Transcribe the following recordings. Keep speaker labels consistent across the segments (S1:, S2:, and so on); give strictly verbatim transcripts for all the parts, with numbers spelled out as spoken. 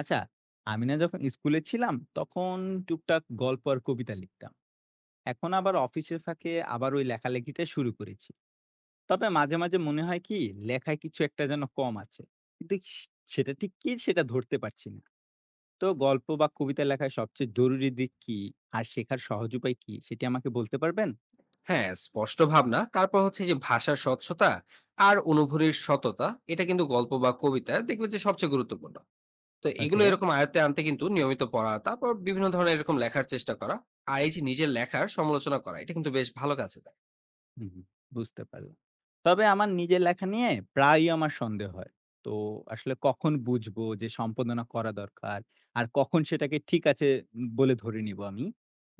S1: আচ্ছা, আমি না যখন স্কুলে ছিলাম তখন টুকটাক গল্প আর কবিতা লিখতাম। এখন আবার অফিসের ফাঁকে আবার ওই লেখালেখিটা শুরু করেছি। তবে মাঝে, মাঝে মনে হয় কি লেখায় কিছু একটা যেন কম আছে। কিন্তু সে সেটা ঠিক কি সেটা ধরতে পারছি না। তো গল্প বা কবিতা লেখার সবচেয়ে জরুরি দিক কি? আর শেখার সহজ উপায় কি? সেটি আমাকে বলতে পারবেন?
S2: হ্যাঁ, স্পষ্ট ভাবনা, তারপর হচ্ছে যে ভাষার স্বচ্ছতা আর অনুভূতির সততা এটা কিন্তু গল্প বা কবিতা দেখবেন যে সবচেয়ে গুরুত্বপূর্ণ। তো এগুলো
S1: ওকে।
S2: এরকম আয়ত্তে আনতে কিন্তু নিয়মিত পড়া, তারপর বিভিন্ন ধরনের এরকম লেখার চেষ্টা করা। আর এই যে নিজের লেখার সমালোচনা করা, এটা কিন্তু বেশ ভালো কাজে দেয়।
S1: হুম, হুম, বুঝতে পারলাম। তবে আমার নিজের লেখা নিয়ে প্রায়ই আমার সন্দেহ হয়। তো আসলে কখন বুঝবো যে সম্পাদনা করা দরকার? আর কখন সেটাকে ঠিক আছে উম বলে ধরে নিব আমি?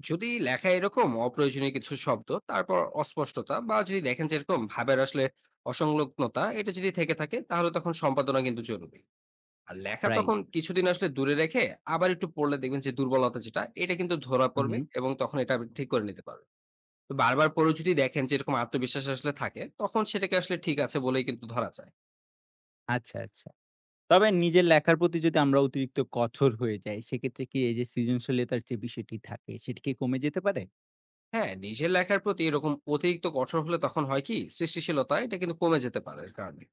S2: যদি লেখা এরকম অপ্রয়োজনীয় কিছু শব্দ, তারপর অস্পষ্টতা, বা যদি দেখেন যে এরকম ভাবের আসলে অসংলগ্নতা এটা যদি থেকে থাকে, তাহলে তখন সম্পাদনা কিন্তু জরুরি। আর লেখা তখন
S1: রাইট।
S2: কিছুদিন আসলে দূরে রেখে আবার একটু পড়লে দেখবেন যে দুর্বলতা যেটা এটা কিন্তু ধরা
S1: হুম,
S2: পড়বে,
S1: হুম।
S2: এবং তখন এটা আপনি ঠিক করে নিতে পারবেন। তো বারবার পড়েও যদি দেখেন যে এরকম আত্মবিশ্বাস আসলে থাকে, তখন সেটাকে আসলে ঠিক আছে বলেই কিন্তু ধরা যায়।
S1: আচ্ছা, আচ্ছা। তবে নিজের লেখার প্রতি যদি আমরা অতিরিক্ত কঠোর হয়ে যাই, সেক্ষেত্রে কি এই যে সৃজনশীলতার যে বিষয়টি থাকে, সেটি কি কমে যেতে পারে?
S2: হ্যাঁ, নিজের লেখার প্রতি এরকম অতিরিক্ত কঠোর হলে তখন হয় কি, সৃষ্টিশীলতা এটা কিন্তু কমে যেতে পারে এর কারণে।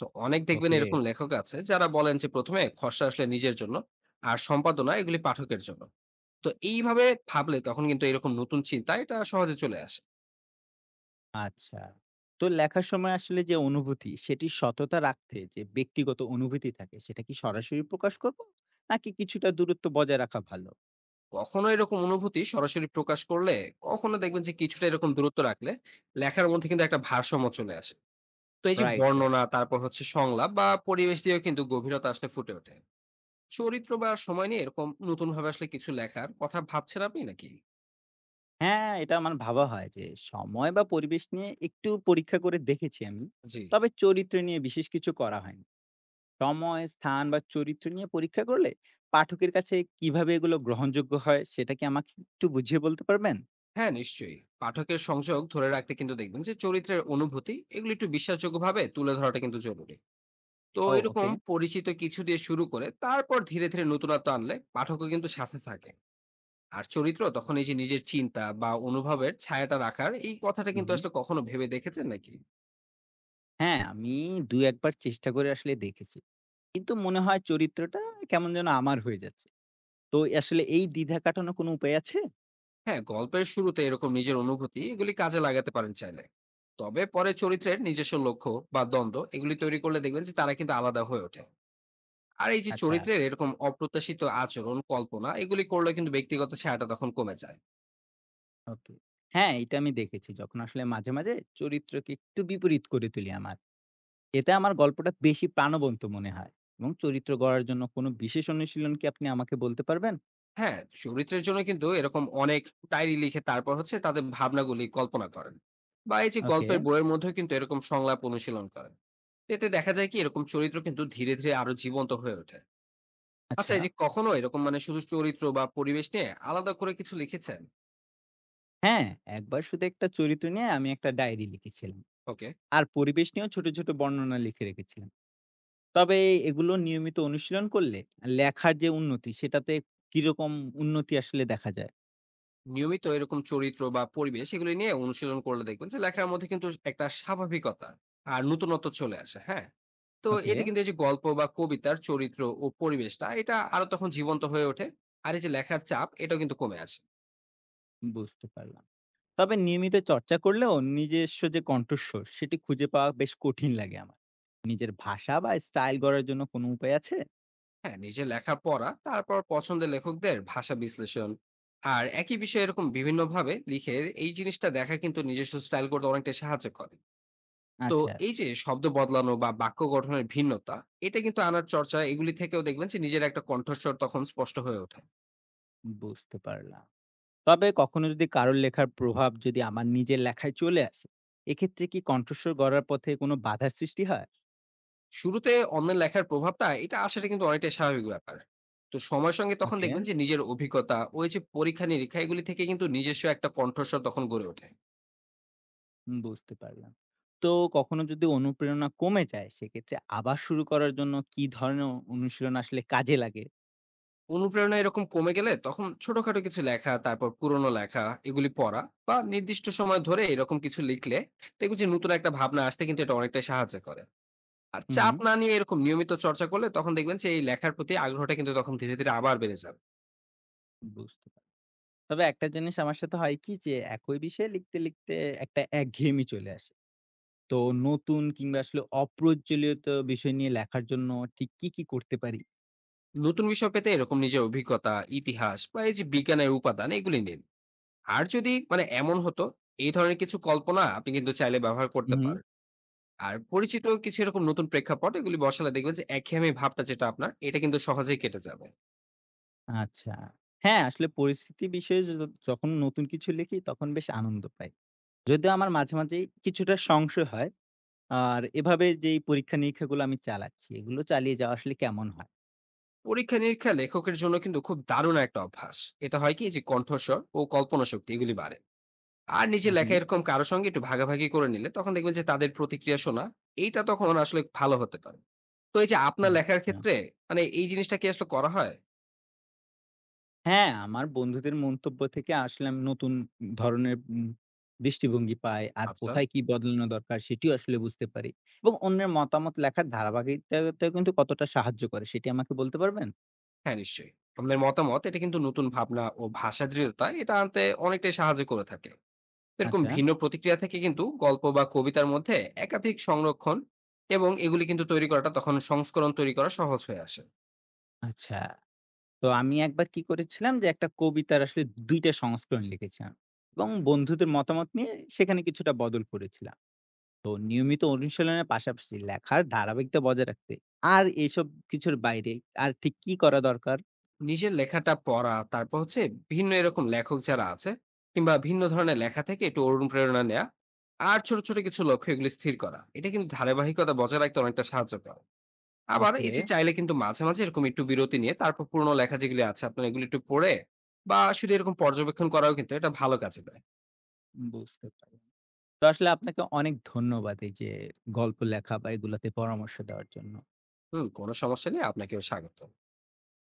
S2: তো অনেক দেখবেন
S1: ওকে।
S2: এরকম লেখক আছে যারা বলেন যে প্রথমে খসড়া আসলে নিজের জন্য, আর সম্পাদনা এগুলি পাঠকের জন্য। তো এইভাবে ভাবলে তখন কিন্তু এরকম নতুন চিন্তা এটা সহজে চলে আসে।
S1: আচ্ছা। তো লেখার সময় আসলে যে অনুভূতি, সেটির সততা রাখতে যে ব্যক্তিগত অনুভূতি থাকে, সেটা কি সরাসরি প্রকাশ করব? নাকি কিছুটা দূরত্ব বজায় রাখা ভালো?
S2: কখনো এরকম অনুভূতি সরাসরি প্রকাশ করলে, কখনো দেখবেন যে কিছুটা এরকম দূরত্ব রাখলে, লেখার মধ্যে কিন্তু একটা ভারসাম্য চলে আসে। তো এই যে
S1: রাইট, রাইট।
S2: বর্ণনা, তারপর হচ্ছে সংলাপ বা পরিবেশ দিয়েও কিন্তু গভীরতা আসলে ফুটে ওঠে। চরিত্র বা সময় নিয়ে এরকম নতুন ভাবে আসলে কিছু লেখার কথা ভাবছেন আপনি নাকি?
S1: হ্যাঁ, এটা আমার ভাবা হয় যে সময় বা পরিবেশ নিয়ে একটু পরীক্ষা করে দেখেছি আমি।
S2: জি,
S1: তবে চরিত্র নিয়ে বিশেষ কিছু করা হয়নি। সময়, স্থান বা চরিত্র নিয়ে পরীক্ষা করলে পাঠকের কাছে কিভাবে এগুলো গ্রহণযোগ্য হয়, সেটা কি আমাকে একটু বুঝিয়ে বলতে পারবেন?
S2: হ্যাঁ নিশ্চয়ই। পাঠকের সংযোগ ধরে রাখতে কিন্তু দেখবেন যে চরিত্রের অনুভূতি এগুলো একটু বিশ্বাসযোগ্য ভাবে তুলে ধরাটা কিন্তু জরুরি। তো
S1: ও
S2: এরকম
S1: ওকে।
S2: পরিচিত কিছু দিয়ে শুরু করে তারপর ধীরে ধীরে নতুনত্ব আনলে পাঠকও কিন্তু সাথে থাকে। আর চরিত্র তখন এই যে নিজের চিন্তা বা অনুভবের ছায়াটা রাখার এই কথাটা
S1: হুম,
S2: কিন্তু
S1: হুম।
S2: আসলে কখনো ভেবে দেখেছেন নাকি?
S1: হ্যাঁ, আমি দুই এক বার চেষ্টা করে আসলে দেখেছি। কিন্তু মনে হয় চরিত্রটা কেমন যেন আমার হয়ে যাচ্ছে। তো আসলে এই দ্বিধা কাটানোর কোনো উপায় আছে?
S2: হ্যাঁ, গল্পের শুরুতে এরকম নিজের অনুভূতি এগুলি কাজে লাগাতে পারেন চাইলে। তবে পরে চরিত্রের নিজস্ব লক্ষ্য বা দ্বন্দ্ব এগুলি তৈরি করলে দেখবেন যে তারা কিন্তু আলাদা হয়ে ওঠে। আর এই যে
S1: আচ্ছা,
S2: চরিত্রের এরকম অপ্রত্যাশিত আচরণ কল্পনা এগুলি করলে কিন্তু ব্যক্তিগত ছায়াটা তখন কমে যায়।
S1: ওকে। হ্যাঁ, এটা আমি দেখেছি। যখন আসলে মাঝে, মাঝে চরিত্রকে একটু বিপরীত করে তুলি আমার। এতে আমার গল্পটা বেশি প্রাণবন্ত মনে হয় এবং চরিত্র গড়ার জন্য কোনো বিশেষ অনুশীলন কি আপনি আমাকে বলতে পারবেন?
S2: হ্যাঁ, চরিত্রের জন্য কিন্তু এরকম অনেক ডায়েরি লিখে, তারপর হচ্ছে তাদের ভাবনাগুলি কল্পনা করেন। বা এই যে
S1: ওকে,
S2: গল্পের বইয়ের মধ্যেও কিন্তু এরকম সংলাপ অনুশীলন করেন। এতে দেখা যায় কি, এরকম চরিত্র কিন্তু ধীরে, ধীরে আরো জীবন্ত হয়ে ওঠে। আচ্ছা,
S1: আচ্ছা।
S2: এই যে কখনো এরকম মানে শুধু চরিত্র বা পরিবেশ নিয়ে আলাদা করে কিছু লিখেছেন?
S1: হ্যাঁ, একবার শুধু একটা চরিত্র নিয়ে আমি একটা ডায়েরি লিখেছিলাম।
S2: ওকে।
S1: আর পরিবেশ নিয়েও ছোট, ছোট বর্ণনা লিখে রেখেছিলাম। তবে এগুলো নিয়মিত অনুশীলন করলে লেখার যে উন্নতি সেটাতে কিরকম উন্নতি আসলে দেখা যায়?
S2: নিয়মিত এরকম চরিত্র বা পরিবেশ এগুলি নিয়ে অনুশীলন করলে দেখবেন যে লেখার মধ্যে কিন্তু একটা স্বাভাবিকতা আর নতুনত্ব চলে আসে, হ্যাঁ। তো
S1: ওকে,
S2: এতে কিন্তু এই যে গল্প বা কবিতার চরিত্র ও পরিবেশটা এটা আরো তখন জীবন্ত হয়ে ওঠে। আর এই যে লেখার চাপ এটাও কিন্তু কমে আসে।
S1: বুঝতে পারলাম। তবে নিয়মিত চর্চা করলেও নিজস্ব যে কণ্ঠস্বর সেটি খুঁজে পাওয়া বেশ কঠিন লাগে আমার। নিজের ভাষা বা স্টাইল গড়ার জন্য কোনো উপায় আছে?
S2: হ্যাঁ, নিজে লেখা পড়া, তারপর পছন্দের লেখকদের ভাষা বিশ্লেষণ, আর একই বিষয়ে এরকম বিভিন্ন ভাবে লিখে এই জিনিসটা দেখা কিন্তু নিজস্ব স্টাইল করতে অনেকটা সাহায্য করে। তো
S1: আচ্ছা,
S2: এই যে শব্দ বদলানো বা বাক্য গঠনের ভিন্নতা এটা কিন্তু আনার চর্চা এগুলি থেকেও দেখবেন যে নিজের একটা কণ্ঠস্বর তখন স্পষ্ট হয়ে ওঠে।
S1: বুঝতে পারলাম। তবে কখনো যদি কারোর লেখার প্রভাব যদি আমার নিজের লেখায় চলে আসে, এক্ষেত্রে কি কণ্ঠস্বর গড়ার পথে কোনো বাধার সৃষ্টি হয়?
S2: শুরুতে অন্যের লেখার প্রভাবটা এটা আসাটা কিন্তু অনেকটাই স্বাভাবিক ব্যাপার। তো সময়ের সঙ্গে তখন
S1: ওকে।
S2: দেখবেন যে নিজের অভিজ্ঞতা, ওই যে পরীক্ষা নিরীক্ষা এগুলি থেকে কিন্তু নিজস্ব একটা কণ্ঠস্বর তখন গড়ে ওঠে।
S1: হুম, বুঝতে পারলাম। তো কখনো যদি অনুপ্রেরণা কমে যায়, সেক্ষেত্রে আবার শুরু করার জন্য কি ধরনের অনুশীলন আসলে কাজে লাগে?
S2: অনুপ্রেরণা এরকম কমে গেলে তখন ছোটখাটো কিছু লেখা, তারপর পুরনো লেখা এগুলি পড়া, বা নির্দিষ্ট সময় ধরে এরকম কিছু লিখলে দেখবেন যে নতুন একটা ভাবনা আসতে কিন্তু এটা অনেকটাই সাহায্য করে। আর
S1: হু, হু।
S2: চাপ না নিয়ে এরকম নিয়মিত চর্চা করলে তখন দেখবেন যে এই লেখার প্রতি আগ্রহটা কিন্তু তখন ধীরে ধীরে আবার বেড়ে যাবে।
S1: বুঝতে পারলাম। তবে একটা জিনিস আমার সাথে হয় কি যে, একই বিষয়ে লিখতে, লিখতে একটা একঘেয়েমি চলে আসে। তো নতুন কিংবা আসলে অপ্রজ্বলিত বিষয় নিয়ে লেখার জন্য ঠিক কি, কি করতে পারি?
S2: নতুন বিষয় পেতে এরকম নিজের অভিজ্ঞতা, ইতিহাস বা এই যে বিজ্ঞানের উপাদান এগুলি নিন। আর যদি মানে এমন হতো, এই ধরনের কিছু কল্পনা আপনি কিন্তু চাইলে ব্যবহার
S1: হু,
S2: করতে
S1: হু।
S2: পারেন। আর পরিচিত কিছু এরকম নতুন প্রেক্ষাপট এগুলি বসালে দেখবেন যে একঘেয়েমি ভাবটা যেটা আপনার, এটা কিন্তু সহজেই কেটে যাবে।
S1: আচ্ছা। হ্যাঁ, আসলে পরিস্থিতি বিষয়ে য যখন নতুন কিছু লিখি, তখন বেশ আনন্দ পাই। যদিও আমার মাঝে, মাঝেই কিছুটা সংশয় হয়। আর এভাবে যেই পরীক্ষা-নিরীক্ষাগুলো আমি চালাচ্ছি, এগুলো চালিয়ে যাওয়া আসলে কেমন হয়?
S2: পরীক্ষা নিরীক্ষা লেখকের জন্য কিন্তু খুব দারুণ একটা অভ্যাস। এটা হয় কি যে কণ্ঠস্বর ও কল্পনা শক্তি এগুলি বাড়ে। আর
S1: হু,
S2: নিজের
S1: হু।
S2: লেখা এরকম কারো সঙ্গে একটু ভাগাভাগি করে নিলে তখন দেখবেন যে তাদের প্রতিক্রিয়া শোনা এইটা তখন আসলে ভালো হতে পারে। তো এই যে আপনার লেখার
S1: আচ্ছা।
S2: ক্ষেত্রে মানে এই জিনিসটা কি আসলে করা হয়?
S1: হ্যাঁ, আমার বন্ধুদের মন্তব্য থেকে আসলে আমি নতুন ধরনের উম দৃষ্টিভঙ্গি পাই। আর
S2: আচ্ছা।
S1: কোথায় কি বদলানো দরকার সেটিও আসলে বুঝতে পারি। এবং অন্যের মতামত লেখার ধারাবাহিকতাটাও কিন্তু কতটা সাহায্য করে সেটি আমাকে বলতে পারবেন?
S2: হ্যাঁ, নিশ্চয়ই। আপনার মতামত এটা কিন্তু নতুন ভাবনা ও ভাষা দৃঢ়তা এটা আনতে অনেকটাই সাহায্য করে থাকে। তো এরকম
S1: আচ্ছা,
S2: ভিন্ন প্রতিক্রিয়া থেকে কিন্তু গল্প বা কবিতার মধ্যে একাধিক সংরক্ষণ এবং এগুলি কিন্তু তৈরি করাটা তখন সংস্করণ তৈরি করা সহজ হয়ে আসে।
S1: আচ্ছা। তো আমি একবার কি করেছিলাম যে একটা কবিতার আসলে দুই টা সংস্করণ লিখেছিলাম। এবং বন্ধুদের মতামত নিয়ে সেখানে কিছুটা বদল করেছিলাম। তো নিয়মিত অনুশীলনের পাশাপাশি লেখার ধারাবাহিকতা বজায় রাখতে আর এইসব কিছুর বাইরে আর ঠিক কি করা দরকার?
S2: নিজের লেখাটা পড়া, তারপর হচ্ছে ভিন্ন এরকম লেখক যারা আছে কিংবা ভিন্ন ধরনের লেখা থেকে একটু অনুপ্রেরণা নেয়া, আর ছোট ছোট কিছু লক্ষ্য এগুলো স্থির করা এটা কিন্তু ধারাবাহিকতা বজায় রাখতে অনেকটা সাহায্য করে। আবার
S1: ওকে,
S2: এই যে চাইলে কিন্তু মাঝে মাঝে এরকম একটু বিরতি নিয়ে, তারপর পুরনো লেখা যেগুলি আছে আপনার এগুলো একটু পড়ে বা শুধু এরকম পর্যবেক্ষণ করাও কিন্তু এটা ভালো কাজে দেয়।
S1: বুঝতে পারলাম। তো আসলে আপনাকে অনেক ধন্যবাদ এই যে গল্প লেখা বা এগুলাতে পরামর্শ দেওয়ার জন্য।
S2: হুম, কোনো সমস্যা নেই, আপনাকেও স্বাগত।